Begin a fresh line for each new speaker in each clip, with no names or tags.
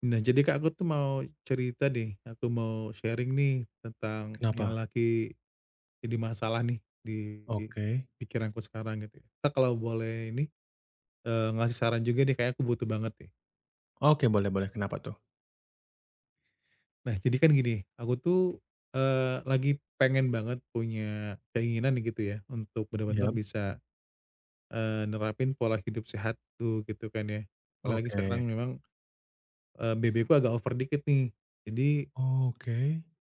Nah, jadi Kak, aku tuh mau cerita deh, aku mau sharing nih tentang
Kenapa?
yang lagi jadi masalah nih di
Oke.
pikiranku sekarang gitu ya. Kak, kalau boleh ini, ngasih saran juga deh, kayak aku butuh banget deh.
Oke, boleh boleh, kenapa tuh?
Nah, jadi kan gini, aku tuh, lagi pengen banget punya keinginan nih gitu ya, untuk benar-benar
Iyap,
bisa, nerapin pola hidup sehat tuh gitu kan ya. Apalagi
oke.
sekarang memang, BB ku agak over dikit nih. Jadi.
Oke.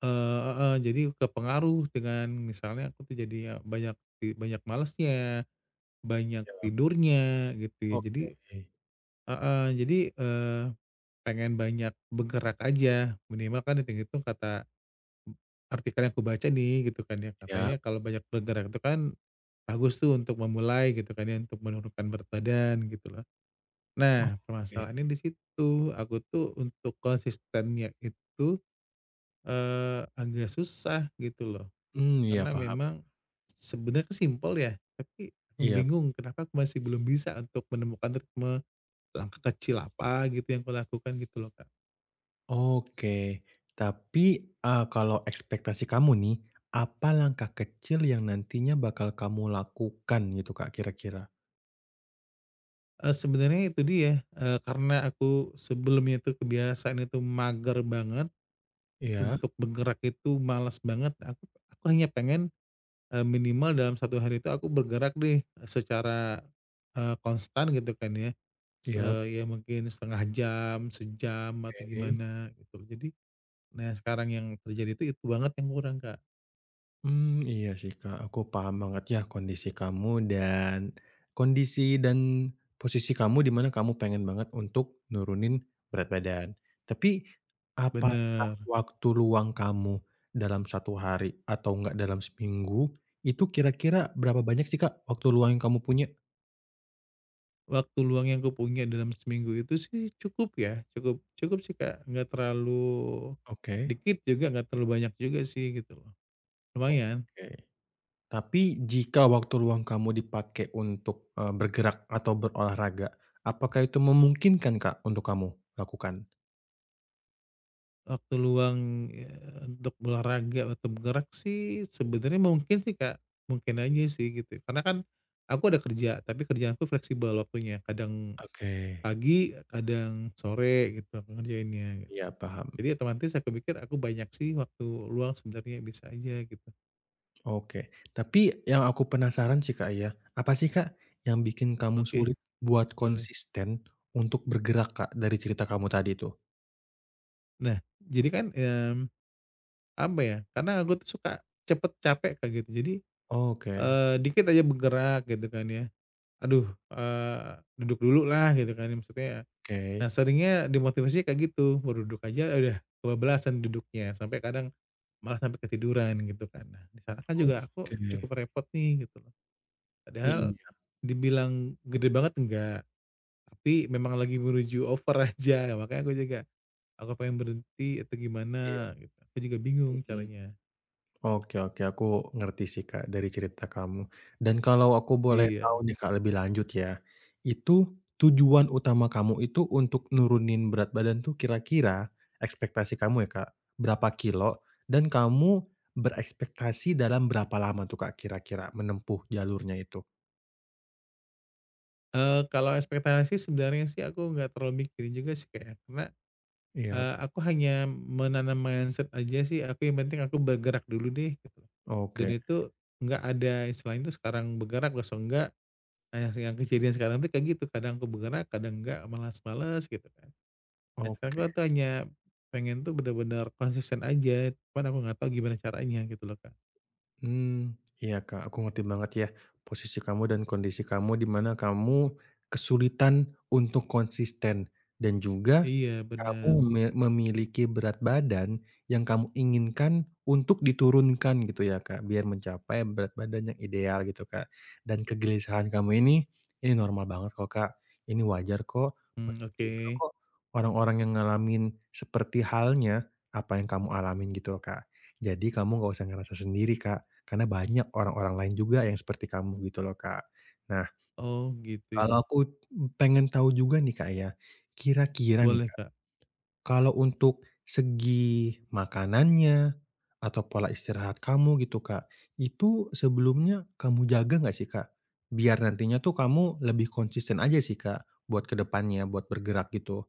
Heeh, jadi kepengaruh dengan misalnya aku tuh jadi ya banyak banyak malesnya, banyak
Iyap,
tidurnya gitu ya. Jadi,
oke.
heeh. Jadi, pengen banyak bergerak aja, minimal kan hitung-hitung kata artikel yang aku baca nih gitu kan ya,
Iyap,
katanya kalau banyak bergerak itu kan bagus tuh untuk memulai gitu kan ya, untuk menurunkan berat badan gitu loh. Nah,
oke.
permasalahannya di situ, aku tuh untuk konsistennya itu, agak susah gitu loh.
Mmm, iya
Karena
paham.
memang sebenarnya kan simpel ya, tapi aku
Iyap,
bingung kenapa aku masih belum bisa untuk menemukan ritme langkah kecil apa gitu yang aku lakukan gitu loh, Kak.
oke. Tapi, kalau ekspektasi kamu nih, apa langkah kecil yang nantinya bakal kamu lakukan gitu, Kak, kira-kira?
Sebenarnya itu dia, karena aku sebelumnya itu kebiasaan itu mager banget,
Iya,
untuk bergerak itu malas banget, aku hanya pengen, minimal dalam satu hari itu aku bergerak deh eh, secara, konstan gitu kan ya, se
iya,
ya mungkin setengah jam, sejam, atau
oke.
gimana gitu. Jadi. Nah, sekarang yang terjadi itu banget yang kurang, Kak.
Mmm, iya sih, Kak, aku paham banget ya kondisi kamu dan kondisi dan posisi kamu di mana kamu pengen banget untuk nurunin berat badan. Tapi, Mhm, apakah
Bener.
waktu luang kamu dalam satu hari atau enggak dalam seminggu, itu kira-kira berapa banyak sih, Kak, waktu luang yang kamu punya?
Waktu luang yang kupunya dalam seminggu itu sih cukup ya, cukup cukup sih, Kak, nggak terlalu
Oke.
dikit juga, nggak terlalu banyak juga sih, gitu loh. Lumayan.
Oke. Tapi jika waktu luang kamu dipakai untuk, bergerak atau berolahraga, apakah itu memungkinkan, Kak, untuk kamu lakukan?
Waktu luang, untuk olahraga atau bergerak sih sebenarnya mungkin sih, Kak, mungkin aja sih gitu. Karena kan aku ada kerja, tapi kerjaanku fleksibel waktunya, kadang
Oke.
pagi, kadang sore gitu aku ngerjainnya.
Iya paham.
Jadi otomatis aku pikir aku banyak sih waktu luang sebenarnya bisa aja gitu.
Oke. Tapi yang aku penasaran sih, Kak, ya, apa sih, Kak, yang bikin kamu
Oke,
sulit buat
boleh.
konsisten untuk bergerak, Kak, dari cerita kamu tadi itu?
Nah, jadi kan, apa ya, karena aku tuh suka cepet capek, Kak, gitu. Jadi,
Oke,
dikit aja bergerak gitu kan ya, aduh, eee, duduk dulu lah gitu kan ya maksudnya. Nah,
oke.
seringnya dimotivasi kayak gitu, baru duduk aja udah kebablasan duduknya, sampai kadang malah sampai ketiduran gitu kan. Nah, di sana kan juga aku
Oke.
cukup repot nih gitu loh. Padahal
Iya,
dibilang gede banget enggak. Tapi memang lagi menuju over aja, makanya aku juga, aku pengen berhenti atau
iya,
gimana gitu, aku juga bingung
mhm.
caranya.
Oke, oke, aku ngerti sih, Kak, dari cerita kamu. Dan kalau aku boleh, Mhm, tahu
Iya.
nih, Kak, lebih lanjut ya, itu tujuan utama kamu itu untuk nurunin berat badan tuh kira-kira ekspektasi kamu ya, Kak, berapa kilo dan kamu berekspektasi dalam berapa lama tuh, Kak, kira-kira menempuh jalurnya itu?
Kalau ekspektasi sebenarnya sih aku nggak terlalu mikirin juga sih kayak karena,
Iya.
aku hanya menanam mindset aja sih, aku yang penting aku bergerak dulu deh gitu. Dan
Oke,
itu nggak ada istilahnya itu sekarang bergerak besok enggak, nah yang kejadian sekarang tuh kayak gitu, kadang aku bergerak, kadang enggak, malas malas gitu kan. Nah, sekarang
oke.
aku tuh hanya pengen tuh bener-bener konsisten aja, cuman aku nggak tahu gimana caranya gitu loh, Kak.
Hmm, iya, Kak, aku ngerti banget ya posisi kamu dan kondisi kamu di mana kamu kesulitan untuk konsisten dan juga
Iya,
kamu
bener.
memiliki berat badan yang kamu inginkan untuk diturunkan gitu ya, Kak, biar mencapai berat badan yang ideal gitu, Kak. Dan kegelisahan kamu ini normal banget kok, Kak, ini wajar kok,
Mmm,
banyak
oke.
juga kok orang-orang yang ngalamin seperti halnya apa yang kamu alamin gitu, Kak. Jadi kamu nggak usah ngerasa sendiri, Kak. Karena banyak orang-orang lain juga yang seperti kamu gitu loh, Kak. Nah,
Oh, gitu ya.
kalau aku pengen tahu juga nih, Kak, ya, kira-kira nih,
Boleh,
Kak,
Kak.
kalau untuk segi makanannya atau pola istirahat kamu gitu, Kak, itu sebelumnya kamu jaga nggak sih, Kak? Biar nantinya tuh kamu lebih konsisten aja sih, Kak, buat ke depannya, buat bergerak gitu.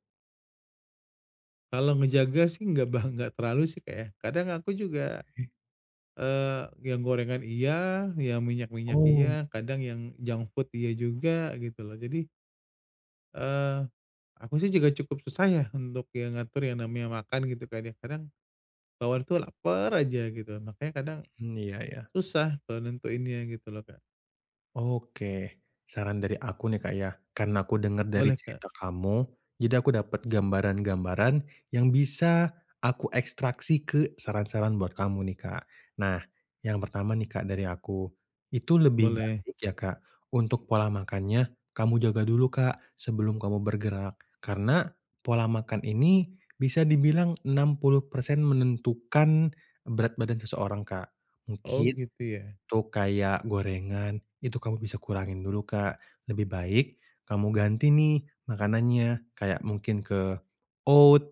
Kalau ngejaga sih nggak terlalu sih, Kak, ya. Kadang aku juga,
Mmm.
eee, yang gorengan iya, yang minyak-minyak
Oh,
iya, kadang yang junk food iya juga gitu loh. Jadi, eee, aku sih juga cukup susah ya untuk yang ngatur yang namanya makan gitu kan ya. Kadang bawaan tuh lapar aja gitu, makanya kadang
mmm, iya, iya.
susah kalau nentuinnya gitu loh, Kak.
Oke, saran dari aku nih, Kak, ya, karena aku dengar dari
Boleh, Kak,
cerita kamu, jadi aku dapat gambaran-gambaran yang bisa aku ekstraksi ke saran-saran buat kamu nih, Kak. Nah, yang pertama nih, Kak, dari aku, itu lebih
boleh.
baik ya, Kak, untuk pola makannya kamu jaga dulu, Kak, sebelum kamu bergerak. Karena pola makan ini bisa dibilang 60% menentukan berat badan seseorang, Kak.
Oh,
Mungkin
gitu ya?
untuk kayak gorengan, itu kamu bisa kurangin dulu, Kak. Lebih baik kamu ganti nih makanannya, kayak mungkin ke oat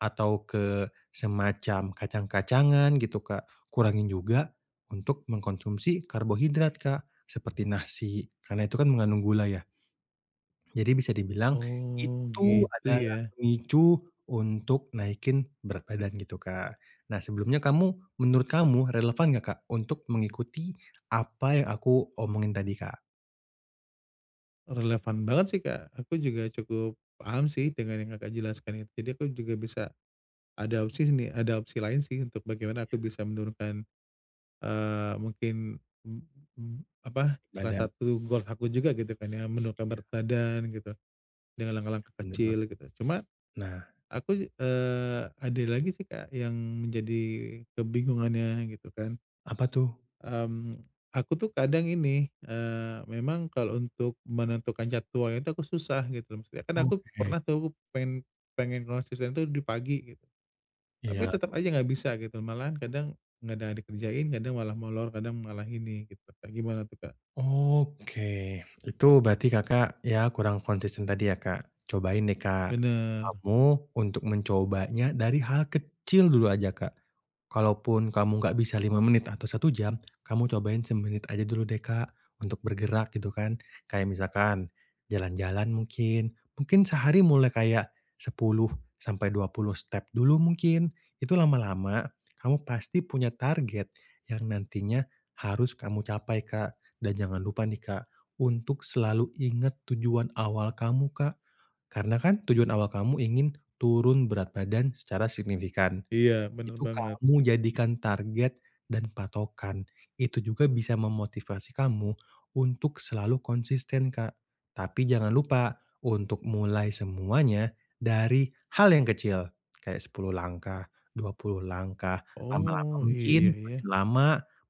atau ke semacam kacang-kacangan gitu, Kak. Kurangin juga untuk mengkonsumsi karbohidrat, Kak, seperti nasi, karena itu kan mengandung gula ya. Jadi bisa dibilang
Oh,
itu
gitu
adalah
ya?
pemicu untuk naikin berat badan gitu, Kak. Nah, sebelumnya kamu, menurut kamu relevan nggak, Kak, untuk mengikuti apa yang aku omongin tadi, Kak?
Relevan banget sih, Kak. Aku juga cukup paham sih dengan yang Kakak jelaskan itu. Jadi aku juga bisa ada opsi sini ada opsi lain sih untuk bagaimana aku bisa menurunkan, mungkin, mmm mmm, apa, salah
Badan,
satu goal aku juga gitu kan ya, menurunkan berat badan gitu, dengan langkah-langkah
bener Bang.
kecil gitu. Cuma
Nah,
ada lagi sih, Kak, yang menjadi kebingungannya gitu kan.
apa tuh?
Mmm, aku tuh kadang ini, memang kalau untuk menentukan jadwalnya itu aku susah gitu loh, maksudnya kan aku
Oke,
pernah tuh aku pengen pengen konsisten tuh di pagi gitu,
iya.
tapi tetap aja nggak bisa gitu, malahan kadang nggak ada yang dikerjain, kadang malah molor, kadang malah ini gitu. Kayak gimana tuh, Kak?
Oke, itu berarti Kakak ya kurang konsisten tadi ya, Kak. Cobain deh, Kak,
Bener,
kamu untuk mencobanya dari hal kecil dulu aja, Kak. Kalaupun kamu nggak bisa 5 menit atau 1 jam, kamu cobain semenit aja dulu deh, Kak, untuk bergerak gitu kan. Kayak misalkan jalan-jalan mungkin, mungkin sehari mulai kayak 10 sampai 20 step dulu mungkin. Itu lama-lama kamu pasti punya target yang nantinya harus kamu capai, Kak. Dan jangan lupa nih, Kak, untuk selalu ingat tujuan awal kamu, Kak. Karena kan tujuan awal kamu ingin turun berat badan secara signifikan.
iya bener
Itu
banget.
kamu jadikan target dan patokan. Itu juga bisa memotivasi kamu untuk selalu konsisten, Kak. Tapi jangan lupa untuk mulai semuanya dari hal yang kecil, kayak 10 langkah, 20 langkah, Mmm, lama-lama
Oh,
mungkin
iya ya.
makin lama,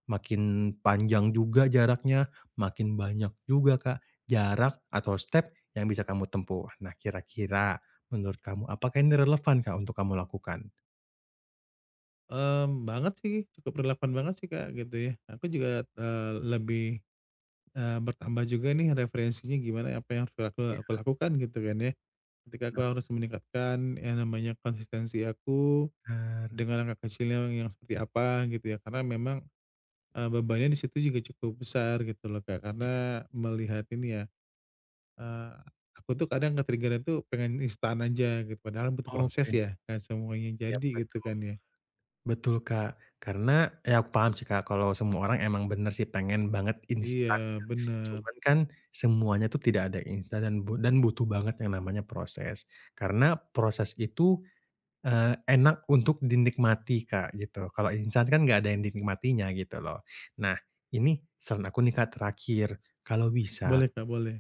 makin panjang juga jaraknya, makin banyak juga, Kak, jarak atau step yang bisa kamu tempuh. Nah, kira-kira menurut kamu apakah ini relevan, Kak, untuk kamu lakukan?
Banget sih, cukup relevan banget sih, Kak, gitu ya. Aku juga, lebih, bertambah juga nih referensinya gimana, apa yang harus
Iya.
aku lakukan gitu kan ya. Ketika aku harus meningkatkan yang namanya konsistensi aku
Bener,
dengan langkah kecilnya yang seperti apa gitu ya, karena memang, bebannya di situ juga cukup besar gitu loh, Kak,
iya,
karena melihat ini ya, eee, aku tuh kadang ke-trigger-nya pengen instan aja gitu, padahal butuh proses
oke,
ya, kan semuanya
iya
jadi gitu
betul.
kan ya.
Betul, Kak, karena ya aku paham sih, Kak, kalau semua orang emang bener sih pengen banget instan
Iya,
ya,
bener.
cuman kan semuanya tuh tidak ada instan dan bu dan butuh banget yang namanya proses. Karena proses itu, enak untuk dinikmati, Kak, gitu. Kalau instan kan nggak ada yang dinikmatinya gitu loh. Nah, ini saran aku nih, Kak, terakhir, kalau bisa
Boleh, Kak, boleh.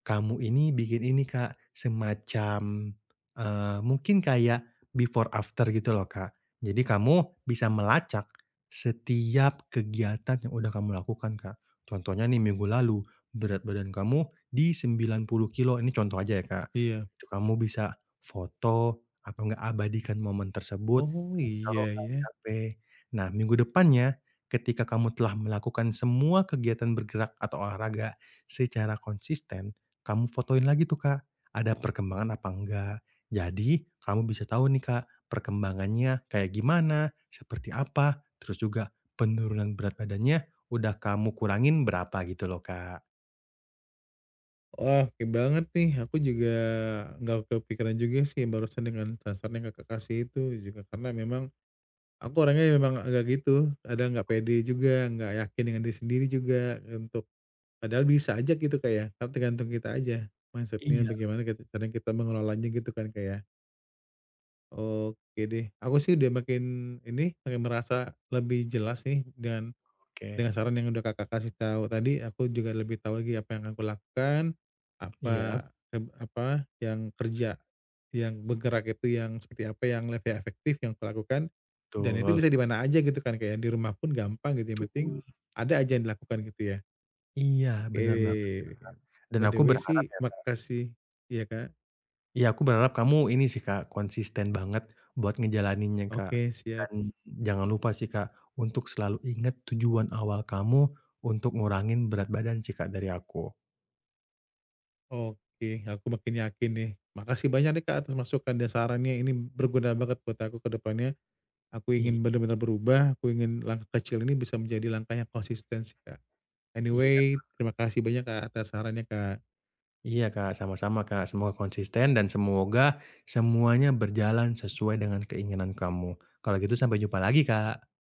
kamu ini bikin ini, Kak, semacam, mungkin kayak before after gitu loh, Kak. Jadi kamu bisa melacak setiap kegiatan yang udah kamu lakukan, Kak. Contohnya nih minggu lalu, berat badan kamu di 90 kilo. Ini contoh aja ya, Kak.
Iya.
Itu kamu bisa foto atau enggak abadikan momen tersebut,
Oh,
kamu taruh
iya
Kak di
ya.
HP. Nah, minggu depannya, ketika kamu telah melakukan semua kegiatan bergerak atau olahraga secara konsisten, kamu fotoin lagi tuh, Kak, ada perkembangan apa enggak. Jadi kamu bisa tahu nih, Kak, perkembangannya kayak gimana, seperti apa, terus juga penurunan berat badannya udah kamu kurangin berapa gitu loh, Kak.
Wah, oke banget nih, aku juga nggak kepikiran juga sih barusan dengan saran yang Kakak kasih itu juga, karena memang aku orangnya memang agak gitu, kadang nggak pede juga, nggak yakin dengan diri sendiri juga untuk padahal bisa aja gitu kayak, ya, kan tergantung kita aja. Mindset
Iya,
bagaimana kita caranya kita mengelolanya gitu kan kayak. Oke deh, aku sih udah makin ini, makin merasa lebih jelas nih dengan. Dengan
oke.
saran yang udah Kakak kasih tahu tadi, aku juga lebih tahu lagi apa yang aku lakukan,
Iya,
apa yang kerja, yang bergerak itu yang seperti apa, yang lebih efektif yang aku lakukan, dan itu
betul.
bisa di mana aja gitu kan, kayak di rumah pun gampang gitu, yang penting
Betul.
ada aja yang dilakukan gitu ya.
Iya,
Oke,
bener banget dan
by the
aku
way
berharap
sih
ya, Kak.
makasih ya Kak.
Iya, aku berharap kamu ini sih, Kak, konsisten banget buat ngejalaninnya, Kak.
Oke siap.
Dan jangan lupa sih, Kak, untuk selalu ingat tujuan awal kamu untuk ngurangin berat badan sih, Kak, dari aku.
Oke, aku makin yakin nih. Makasih banyak nih Kak atas masukan dan sarannya, ini berguna banget buat aku ke depannya. Aku
I
ingin benar-benar berubah, aku ingin langkah kecil ini bisa menjadi langkah yang konsisten sih, Kak.
iya
Anyway, terima kasih banyak, Kak, atas sarannya, Kak.
iya, Kak, sama-sama, Kak. Semoga konsisten dan semoga semuanya berjalan sesuai dengan keinginan kamu. Kalau gitu sampai jumpa lagi, Kak.